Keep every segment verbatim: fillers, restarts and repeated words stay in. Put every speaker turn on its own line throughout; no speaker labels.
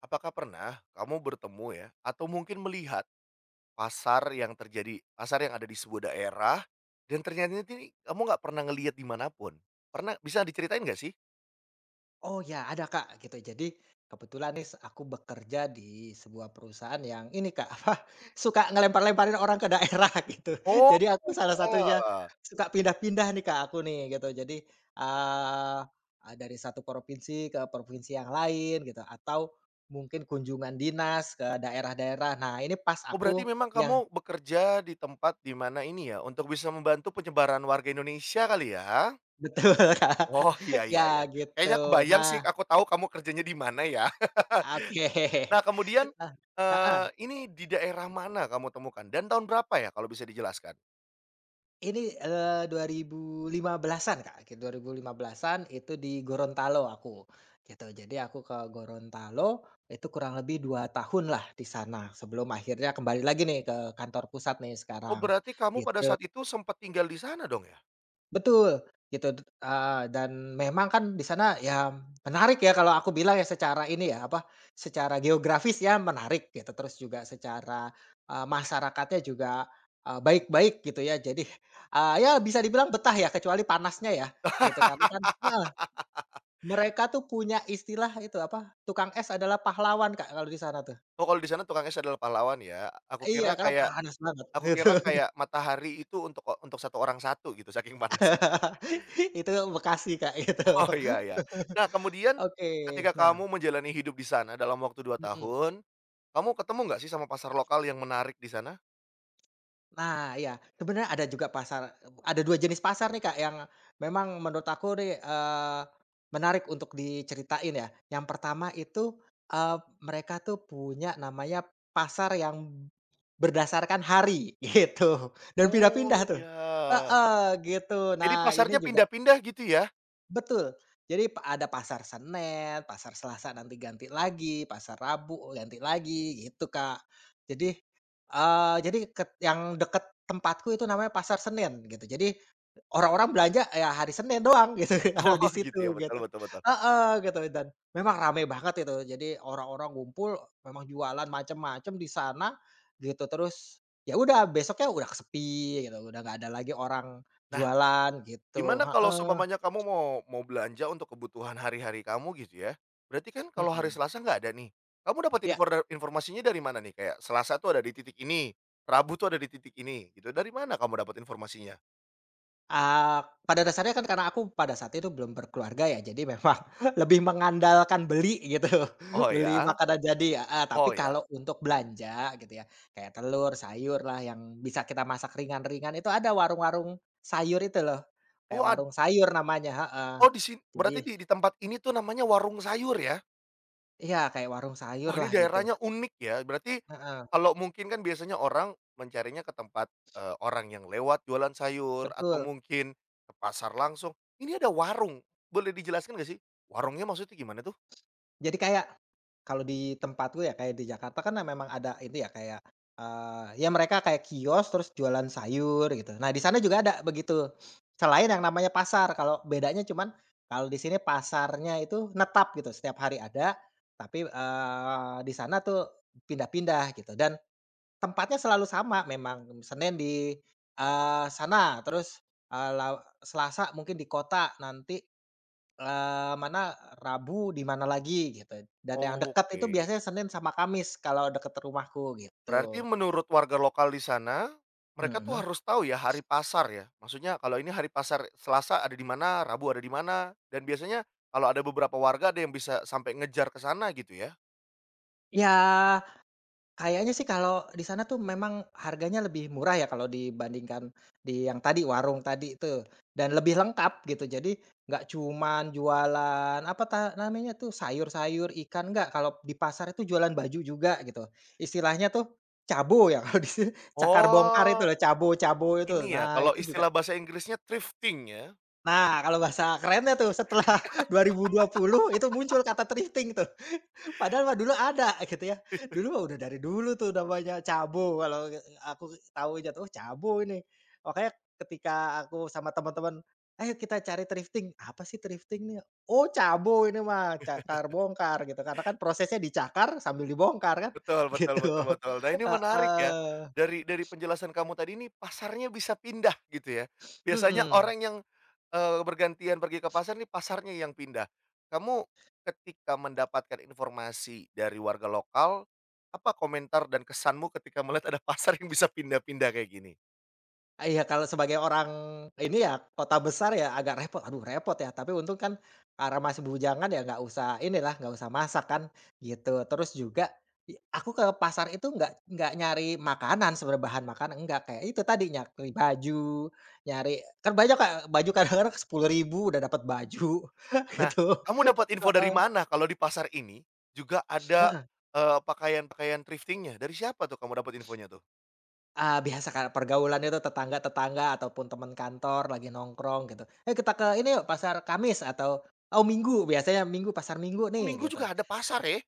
Apakah pernah kamu bertemu ya, atau mungkin melihat pasar yang terjadi pasar yang ada di sebuah daerah dan ternyata ini kamu nggak pernah ngelihat di manapun? Pernah bisa diceritain nggak sih?
Oh ya, ada Kak, gitu. Jadi kebetulan nih aku bekerja di sebuah perusahaan yang ini Kak, apa, suka ngelempar-lemparin orang ke daerah gitu.
Oh
Jadi aku salah satunya
ya.
suka pindah-pindah nih Kak, aku nih gitu. Jadi, eee, eee, dari satu provinsi ke provinsi yang lain gitu, atau mungkin kunjungan dinas ke daerah-daerah. Nah ini pas
Oh berarti
aku
memang
yang
kamu bekerja di tempat di mana ini ya, untuk bisa membantu penyebaran warga Indonesia kali ya?
betul Kak,
Oh iya iya
ya
iya. Kayaknya
gitu
kebayang sih,
nah.
aku tahu kamu kerjanya di mana ya.
Oke
Nah kemudian,
nah.
eee, ini di daerah mana kamu temukan dan tahun berapa ya kalau bisa dijelaskan?
Ini, eee, dua ribu lima belasan-an, Kak, ki dua ribu lima belasan-an itu di Gorontalo aku, gitu. Jadi aku ke Gorontalo itu kurang lebih dua tahun lah di sana sebelum akhirnya kembali lagi nih ke kantor pusat nih
Oh,
sekarang,
berarti kamu pada
gitu.
saat itu sempat tinggal di sana dong ya?
Betul, gitu, d eee, dan memang kan di sana ya menarik ya, kalau aku bilang ya secara ini ya, apa, secara geografis ya menarik gitu. Terus juga secara, eee, masyarakatnya juga, eee, baik-baik gitu ya. Jadi, eee, ya bisa dibilang betah ya, kecuali panasnya ya, gitu. Karena kan heeh, mereka tuh punya istilah itu apa, tukang es adalah pahlawan Kak kalau di sana tuh.
Oh, kalau di sana tukang es adalah pahlawan ya? Aku
Iya,
kira
karena
kayak
panas banget
aku
gitu.
kira kayak matahari itu untuk oh, untuk satu orang satu gitu saking panasnya.
Itu Bekasi Kak, itu.
Oh, iya iya. Nah, kemudian
Oke,
ketika
nah
kamu menjalani hidup di sana dalam waktu dua
mhm.
tahun, kamu ketemu nggak sih sama pasar lokal yang menarik di sana?
Nah, iya, sebenarnya ada juga pasar, ada dua jenis pasar nih, Kak, yang memang menurut aku nih, eee, menarik untuk diceritain ya. Yang pertama itu, eee, mereka tuh punya namanya pasar yang berdasarkan hari, gitu, dan pindah-pindah
Oh,
tuh.
iya.
Heeh, gitu.
Jadi
Nah, ini
pasarnya
juga
pindah-pindah gitu ya?
betul. Jadi pa ada pasar Senin, pasar Selasa nanti ganti lagi, pasar Rabu ganti lagi gitu, Kak. Jadi, eee, jadi ket yang deket tempatku itu namanya pasar Senin gitu. Jadi orang-orang belanja ya hari Senin doang gitu kalau di
Oh, gitu ya,
situ
betul
gitu.
betul betul.
Heeh, gitu, dan memang rame banget itu. Jadi orang-orang ngumpul, memang jualan macam-macam di sana gitu. Terus ya udah besoknya udah sepi gitu, udah nggak ada lagi orang
Nah,
jualan gitu,
Gimana kalau
heeh,
seumpamanya kamu mau mau belanja untuk kebutuhan hari-hari kamu gitu ya, berarti kan kalau hari
mhm.
Selasa nggak ada nih, kamu dapat
Iya.
infor informasinya dari mana nih? Kayak Selasa tuh ada di titik ini, Rabu tuh ada di titik ini gitu, dari mana kamu dapat informasinya?
Ah, pada dasarnya kan karena aku pada saat itu belum berkeluarga ya, jadi memang lebih mengandalkan beli gitu,
Oh
beli
ya?
makanan jadi. Ah,
Oh
tapi
ya?
kalau untuk belanja gitu ya, kayak telur, sayur lah yang bisa kita masak ringan-ringan itu, ada warung-warung sayur itu loh, kayak
Oh ad
warung sayur namanya heeh.
oh di sin
Jadi
berarti di di tempat ini tuh namanya warung sayur ya?
iya kayak warung sayur
Wah, ini
lah gitu,
daerahnya unik ya. Berarti
heeh,
kalau mungkin kan biasanya orang mencarinya ke tempat, eee, orang yang lewat jualan sayur atau
betul.
mungkin ke pasar langsung. Ini ada warung, boleh dijelaskan gak sih? Warungnya maksudnya gimana tuh?
Jadi kayak, kalau di tempatku ya kayak di Jakarta kan memang ada itu ya kayak, eee, ya mereka kayak kios terus jualan sayur gitu. Nah di sana juga ada begitu, selain yang namanya pasar. Kalau bedanya cuman kalau di sini pasarnya itu netap gitu, setiap hari ada, tapi, eee, di sana tuh pindah-pindah gitu, dan tempatnya selalu sama memang. Senin di, eee, sana terus, eee, la Selasa mungkin di kota, nanti Eee, mana Rabu di mana lagi gitu, dan yang dekat itu
Oke.
biasanya Senin sama Kamis kalau deket rumahku
Berarti
gitu,
menurut warga lokal di sana, mereka tuh
mhm.
harus tahu ya hari pasar ya? Maksudnya kalau ini hari pasar Selasa ada di mana, Rabu ada di mana, dan biasanya kalau ada beberapa warga ada yang bisa sampai ngejar ke sana gitu ya?
Ya, kayaknya sih kalau di sana tuh memang harganya lebih murah ya kalau dibandingkan di yang tadi, warung tadi itu, dan lebih lengkap gitu. Jadi nggak cuman jualan apa ta namanya tuh, sayur-sayur, ikan, nggak, kalau di pasar itu jualan baju juga gitu. Istilahnya tuh cabo ya kalau di sini, cakar bongkar itu
Oh.
loh, cabo-cabo itu.
Ini ya,
Nah
kalau
itu juga.
istilah bahasa Inggrisnya thrifting ya?
Nah, kalau bahasa kerennya tuh setelah dua ribu dua puluh itu muncul kata thrifting tuh, padahal mah dulu ada gitu ya. Dulu mah udah dari dulu tuh namanya cabo kalau, eee, aku tahunya tuh, "Oh cabo ini." Makanya ketika aku sama teman-teman, "Ayo kita cari thrifting." "Apa sih thrifting nih?" "Oh cabo ini mah, cakar bongkar," gitu. Karena kan prosesnya dicakar sambil dibongkar kan,
Betul betul betul
gitu.
betul. Nah ini menarik ya,
Heeh,
dari dari penjelasan kamu tadi ini pasarnya bisa pindah gitu ya. Biasanya
mhm.
orang yang, eee, bergantian pergi ke pasar nih pasarnya yang pindah. Kamu ketika mendapatkan informasi dari warga lokal, apa komentar dan kesanmu ketika melihat ada pasar yang bisa pindah-pindah kayak gini?
Ah, iya, kalau sebagai orang ini ya, kota besar ya agak repot, aduh repot ya, tapi untung kan karena masih bujangan ya nggak usah inilah, nggak usah masak kan, gitu. Terus juga i aku ke pasar itu nggak nggak nyari makanan sebenarnya, bahan makanan, enggak. Kayak itu tadi, nyari baju, nyari kan banyak Kak, baju kadang-kadang sepuluh ribu udah dapat baju,
Nah,
gitu.
kamu dapat info dari
Heeh.
mana kalau di pasar ini juga ada, eee, pakaian-pakaian thriftingnya. Dari siapa tuh kamu dapat infonya tuh?
Ah, biasa Kak, pergaulannya itu tetangga-tetangga ataupun teman kantor lagi nongkrong gitu, "Eh kita ke ini yuk pasar Kamis," atau, "Oh Minggu," biasanya Minggu, pasar Minggu nih
Minggu
gitu.
juga ada pasar ya?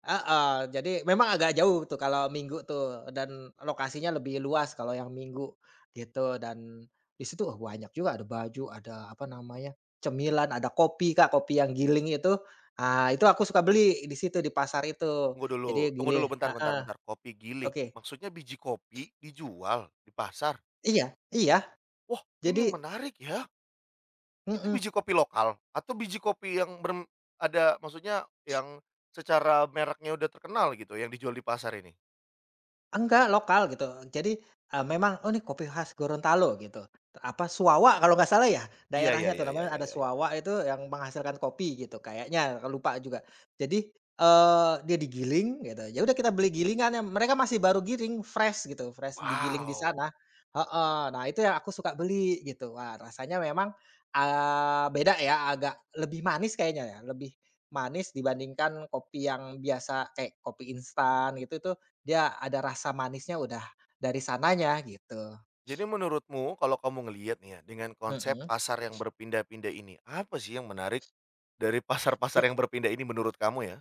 Heeh, jadi memang agak jauh tuh kalau Minggu tuh, dan lokasinya lebih luas kalau yang Minggu gitu. Dan di situ, wah banyak juga, ada baju, ada apa namanya, cemilan, ada kopi Kak, kopi yang giling itu, ah, itu aku suka beli di situ di pasar itu.
Tunggu dulu
Jadi
tunggu
giling
dulu bentar bentar
heeh,
bentar, kopi giling,
oke.
maksudnya biji kopi dijual di pasar?
Iya iya,
Wah, ini
jadi
menarik ya. Itu
mhm.
biji kopi lokal atau biji kopi yang berm ada maksudnya yang secara mereknya udah terkenal gitu yang dijual di pasar ini?
Enggak, lokal gitu. Jadi, eee, memang, "Oh, ini kopi khas Gorontalo," gitu. Apa, Suawa kalau nggak salah ya,
Iya iya
daerahnya tuh
iya iya
namanya
iya
ada
iya iya.
Suawa itu yang menghasilkan kopi gitu kayaknya, lupa juga. Jadi, eee, dia digiling gitu, ya udah kita beli gilingannya, mereka masih baru giling, fresh gitu, fresh digiling di
Wow,
sana heeh. Nah, itu yang aku suka beli gitu. Wah, rasanya memang, eee, beda ya, agak lebih manis kayaknya ya, lebih manis dibandingkan kopi yang biasa kayak kopi instan gitu. Itu dia ada rasa manisnya udah dari sananya gitu,
jadi menurutmu kalau kamu ngelihat nih ya, dengan konsep
mhm.
pasar yang berpindah-pindah ini, apa sih yang menarik dari pasar-pasar yang berpindah ini menurut kamu ya?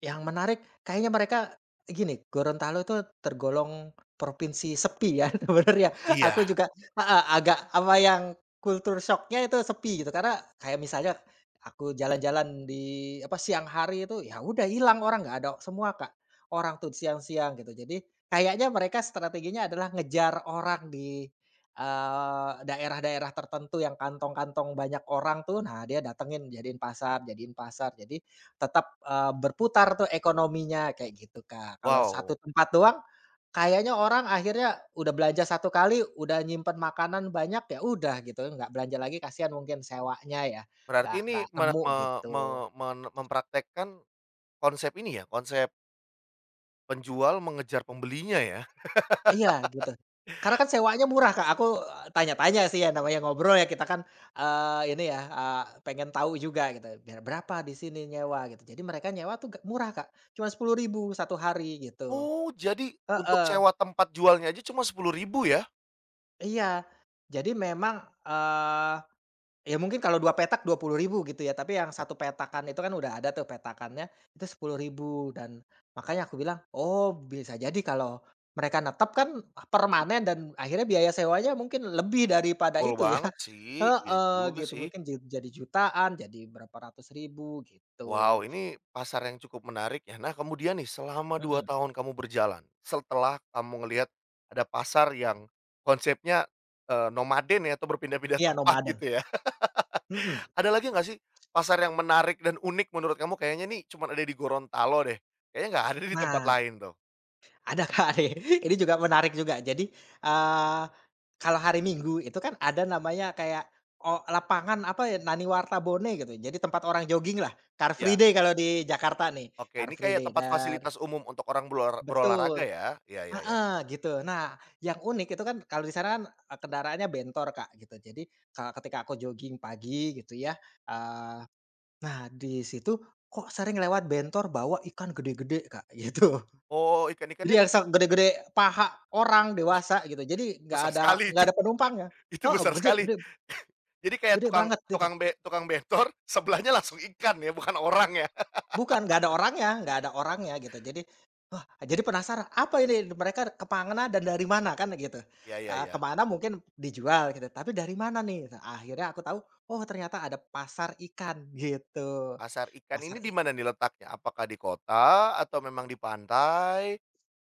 Yang menarik kayaknya mereka gini, Gorontalo itu tergolong provinsi sepi ya sebenarnya. Aku
Iya,
juga heeh, agak apa, yang kultur shocknya itu sepi gitu. Karena kayak misalnya aku jalan-jalan di apa, siang hari itu, ya udah hilang orang, nggak ada semua Kak, orang tuh siang-siang gitu. Jadi kayaknya mereka strateginya adalah ngejar orang di, eee, daerah-daerah tertentu yang kantong-kantong banyak orang tuh, nah dia datengin jadiin pasar jadiin pasar. Jadi tetap, eee, berputar tuh ekonominya, kayak gitu, Kak. Kalau satu
wow.
tempat doang, kayaknya orang akhirnya udah belanja satu kali, udah nyimpen makanan banyak, ya udah gitu, nggak belanja lagi, kasihan mungkin sewanya ya, nggak
Berarti ini
nggak
me
nemu
me me
gitu.
men mempraktekkan konsep ini ya, konsep penjual mengejar pembelinya ya?
Iya, gitu. Karena kan sewanya murah, Kak, aku tanya-tanya sih, ya namanya ngobrol ya kita kan, eee, ini ya, eee, pengen tahu juga gitu, biar berapa di sini nyewa gitu. Jadi mereka nyewa tuh ge murah, Kak, cuma sepuluh ribu satu hari gitu.
Oh, jadi untuk
Heeh.
sewa tempat jualnya aja cuma sepuluh ribu ya?
Iya, jadi memang, eee, ya mungkin kalau dua petak dua puluh ribu gitu ya, tapi yang satu petakan itu kan udah ada tuh petakannya, itu sepuluh ribu, dan makanya aku bilang, "Oh, bisa jadi kalau mereka netep kan permanen dan akhirnya biaya sewanya mungkin lebih daripada
Betul
itu ya."
banget sih, iya
Heeh,
juga
gitu,
sih.
mungkin ju jadi jutaan, jadi berapa ratus ribu gitu.
Wow, ini pasar yang cukup menarik ya. Nah, kemudian nih selama dua
Mhm,
tahun kamu berjalan, setelah kamu ngelihat ada pasar yang konsepnya, eee, nomaden ya atau berpindah-pindah
iya
tempat
nomaden,
gitu ya.
mhm.
Ada lagi nggak sih, pasar yang menarik dan unik menurut kamu? Kayaknya nih cuman ada di Gorontalo deh, kayaknya nggak ada di tempat
Nah
lain tuh.
ada Kak, nih. Ini juga menarik juga. Jadi, eee, kalau hari Minggu itu kan ada namanya kayak, o lapangan apa ya, Nani Wartabone gitu, jadi tempat orang jogging lah, Car Free
Ya,
Day kalau di Jakarta nih,
oke
Car
ini
Free
kayak
Day
tempat
dan
fasilitas umum untuk orang berola berolahraga
betul,
ya? Iya iya iya.
heeh, gitu. Nah, yang unik itu kan kalau di sana kan, eee, kendaraannya bentor Kak, gitu. Jadi ka ketika aku jogging pagi gitu ya, eee, nah di situ kok sering lewat bentor bawa ikan gede-gede Kak, gitu.
Oh,
Jadi
ikan-ikannya se
yang sak gede-gede paha orang dewasa gitu, jadi nggak
besar
ada
sekali
nggak
itu,
ada penumpangnya.
itu
Heeh,
besar
gede
sekali.
gede
Jadi kayak
gede
tukang
banget gitu.
tukang be tukang bentor, sebelahnya langsung ikan ya, bukan orang ya?
Bukan, nggak ada orangnya nggak ada orangnya gitu. Jadi, wah, jadi penasaran, "Apa ini mereka kemana dan dari mana?" Kan gitu.
Iya iya
Eee,
iya.
kemana mungkin dijual gitu, tapi dari mana nih? Akhirnya aku tahu, oh ternyata ada pasar ikan gitu.
Pasar ikan
Pasar
ini di
i
mana nih letaknya? Apakah di kota atau memang di pantai,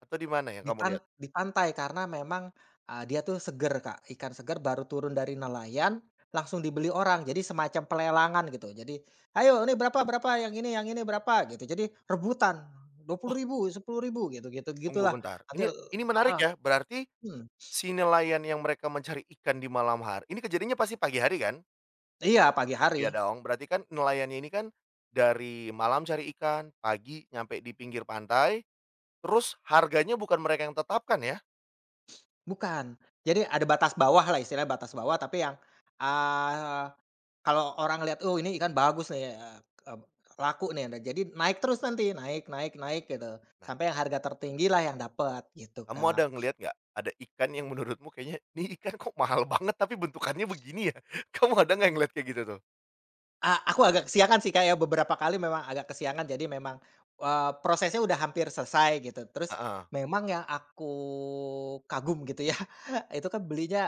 atau di mana ya kamu
Dipan
lihat?
di pantai karena memang, eee, dia tuh seger, Kak, ikan seger baru turun dari nelayan, langsung dibeli orang. Jadi semacam pelelangan gitu. Jadi, "Ayo ini berapa berapa, yang ini yang ini berapa?" Gitu. Jadi rebutan, dua puluh
Oh,
ribu sepuluh ribu gitu gitu
tunggu
gitulah.
bentar,
Nanti
ini ini menarik
heeh,
ya, berarti
mhm.
Si nelayan yang mereka mencari ikan di malam hari ini kejadiannya pasti pagi hari kan?
Iya, pagi hari.
Iya dong, berarti kan nelayannya ini kan dari malam cari ikan, pagi nyampe di pinggir pantai, terus harganya bukan mereka yang tetapkan ya?
Bukan. Jadi ada batas bawahlah, istilahnya batas bawah tapi yang, eee. Kalau orang lihat, "Oh, ini ikan bagus nih, eee, eb laku nih." Nah, jadi naik terus nanti, naik naik naik gitu,
Nah,
sampai yang harga tertinggilah yang dapat, gitu,
kamu ada
Kak.
ngelihat nggak, ada ikan yang menurutmu kayaknya, "Nih ikan kok mahal banget tapi bentukannya begini ya?" Kamu ada nggak yang ngelihat kayak gitu tuh?
A aku agak kesiangan sih, kayak beberapa kali memang agak kesiangan, jadi memang, eee, prosesnya udah hampir selesai gitu. Terus
Heeh,
memang yang aku kagum gitu ya, itu kan belinya,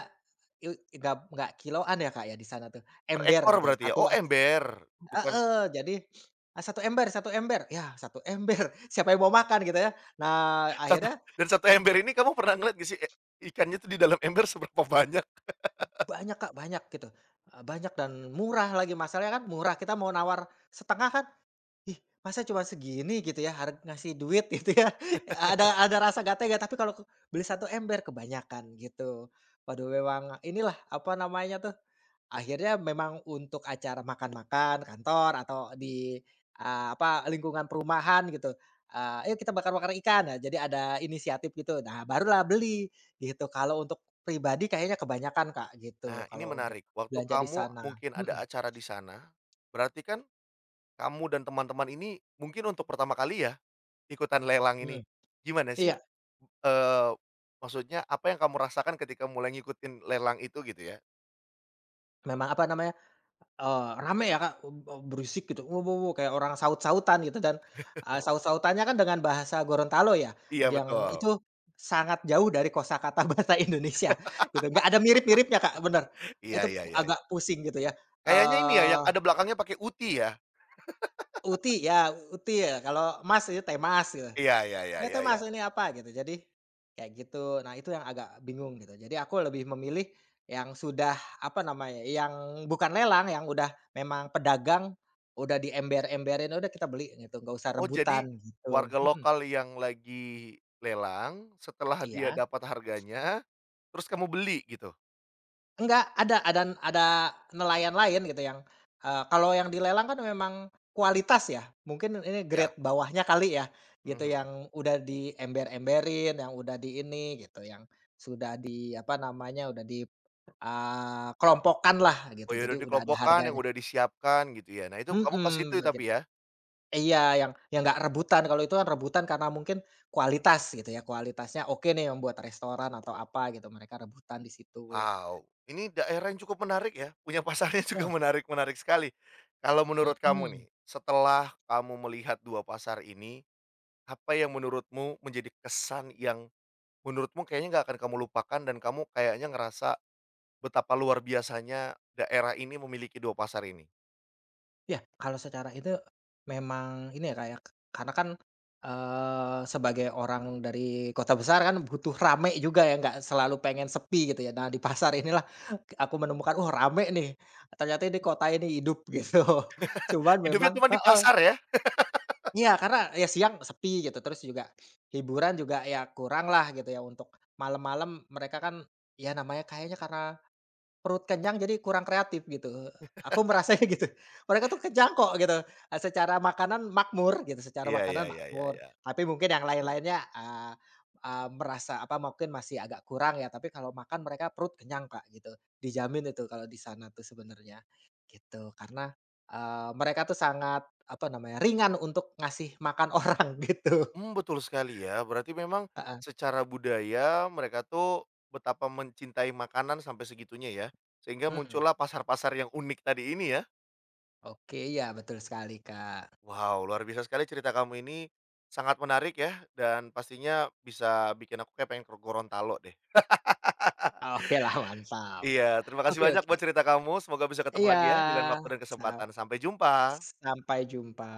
eee, nggak nggak kiloan ya, Kak, ya, di sana tuh,
per
ember
ekor
gitu, ya,
berarti ya?
satu.
Oh ember, bukan.
Heeh, jadi, eee, satu ember satu ember, ya satu ember, siapa yang mau makan gitu ya. Nah,
Satu
akhirnya
dan satu ember ini kamu pernah ngeliat gak sih, e ikannya tuh di dalam ember seberapa banyak?
banyak Kak, banyak gitu, eee, banyak dan murah lagi, masalahnya kan murah, kita mau nawar setengah kan, "Ih, masa cuma segini?" gitu ya, harus ngasih duit gitu ya, ada ada rasa nggak tega, tapi kalau ke- beli satu ember kebanyakan gitu. Waduh memang inilah, apa namanya tuh. Akhirnya memang untuk acara makan-makan kantor atau di, eee, apa, lingkungan perumahan gitu, eee, "Ayo kita bakar-bakar ikan." Nah, jadi ada inisiatif gitu. Nah, barulah beli gitu. Kalau untuk pribadi kayaknya kebanyakan, Kak, gitu,
Nah, ini
kalau untuk
menarik. Waktu
belanja di
kamu
sana.
mungkin ada
Mhm
acara di sana, berarti kan kamu dan teman-teman ini mungkin untuk pertama kali ya ikutan lelang ini.
mhm.
Gimana sih,
Iya,
eee, maksudnya apa yang kamu rasakan ketika mulai ngikutin lelang itu gitu ya?
memang apa namanya. Eee, rame ya Kak, eb eee, berisik gitu, wuh, wuh, wuh, kayak orang saut-sautan gitu, dan, eee, saut-sautannya kan dengan bahasa Gorontalo ya,
Iya
yang
betul.
itu sangat jauh dari kosakata bahasa Indonesia gitu, nggak ada mirip-miripnya Kak, bener.
Iya
Itu
iya
pu-
iya iya.
agak pusing gitu ya,
Kayaknya ini ya
eee,
yang ada belakangnya pakai uti ya?
uti ya, uti ya, kalau mas itu temas gitu.
Iya iya iya
Ini
iya
teh
iya.
Mas ini apa? Gitu. Jadi, kayak gitu. Nah, itu yang agak bingung gitu. Jadi aku lebih memilih yang sudah, apa namanya, yang bukan lelang, yang udah memang pedagang, udah diember-emberin, udah kita beli gitu, nggak usah
Oh jadi,
rebutan
warga
gitu. Mhm,
lokal yang lagi lelang, setelah dia
iya.
dapat harganya, terus kamu beli gitu?
Enggak, ada ada ada nelayan lain gitu yang, eee, kalau yang dilelang kan memang kualitas ya, mungkin ini
Iya.
grade bawahnya kali ya, gitu
Mhm.
yang udah diember-emberin, yang udah di ini gitu, yang sudah di, apa namanya, udah di. Eee, kelompokan lah gitu,
Oh ya
jadi
udah
udah ada
dikelompokkan, yang
harganya.
udah disiapkan gitu ya. Nah itu kamu ke
Mhm,
situ tapi
begitu.
ya?
Iya, yang yang nggak rebutan, kalau itu kan rebutan karena mungkin kualitas gitu ya, kualitasnya oke nih yang buat restoran atau apa gitu, mereka rebutan di situ.
Wow, ini daerah yang cukup menarik ya, punya pasarnya juga
Betul.
menarik-menarik sekali. Kalau menurut kamu
Mhm.
nih, setelah kamu melihat dua pasar ini, apa yang menurutmu menjadi kesan yang menurutmu kayaknya nggak akan kamu lupakan dan kamu kayaknya ngerasa betapa luar biasanya daerah ini memiliki dua pasar ini?
Ya, kalau secara itu memang ini ya, kayak karena kan, eee, sebagai orang dari kota besar kan butuh rame juga ya, nggak selalu pengen sepi gitu ya. Nah, di pasar inilah aku menemukan, "Oh, rame nih, ternyata ini kota ini hidup," gitu. Cuman
Hidupnya
memang
cuma di
heeh,
pasar ya?
iya, karena ya siang sepi gitu, terus juga hiburan juga ya kurang lah gitu ya, untuk malam-malam mereka kan ya namanya kayaknya karena perut kenyang jadi kurang kreatif gitu, aku merasanya gitu. Mereka tuh kenyang kok gitu, eee, secara makanan makmur gitu, secara
Iya iya
makanan
iya iya
makmur.
iya.
Tapi mungkin yang lain-lainnya, eee eee, merasa apa, mungkin masih agak kurang ya, tapi kalau makan mereka perut kenyang Kak gitu, dijamin itu kalau di sana tuh sebenarnya, gitu. Karena, eee, mereka tuh sangat apa namanya, ringan untuk ngasih makan orang gitu.
Mmm, betul sekali ya, berarti memang
Heeh,
secara budaya mereka tuh betapa mencintai makanan sampai segitunya ya, sehingga
mhm.
muncullah pasar-pasar yang unik tadi ini ya.
Oke, ya betul sekali Kak.
Wow, luar biasa sekali cerita kamu ini, sangat menarik ya dan pastinya bisa bikin aku kayak pengen ke Gorontalo deh.
Oke lah mantap.
Iya, terima kasih
Oke
banyak
oke.
buat cerita kamu, semoga bisa ketemu
Iya,
lagi ya di lain waktu dan
sa
kesempatan. Sampai jumpa.
sampai jumpa.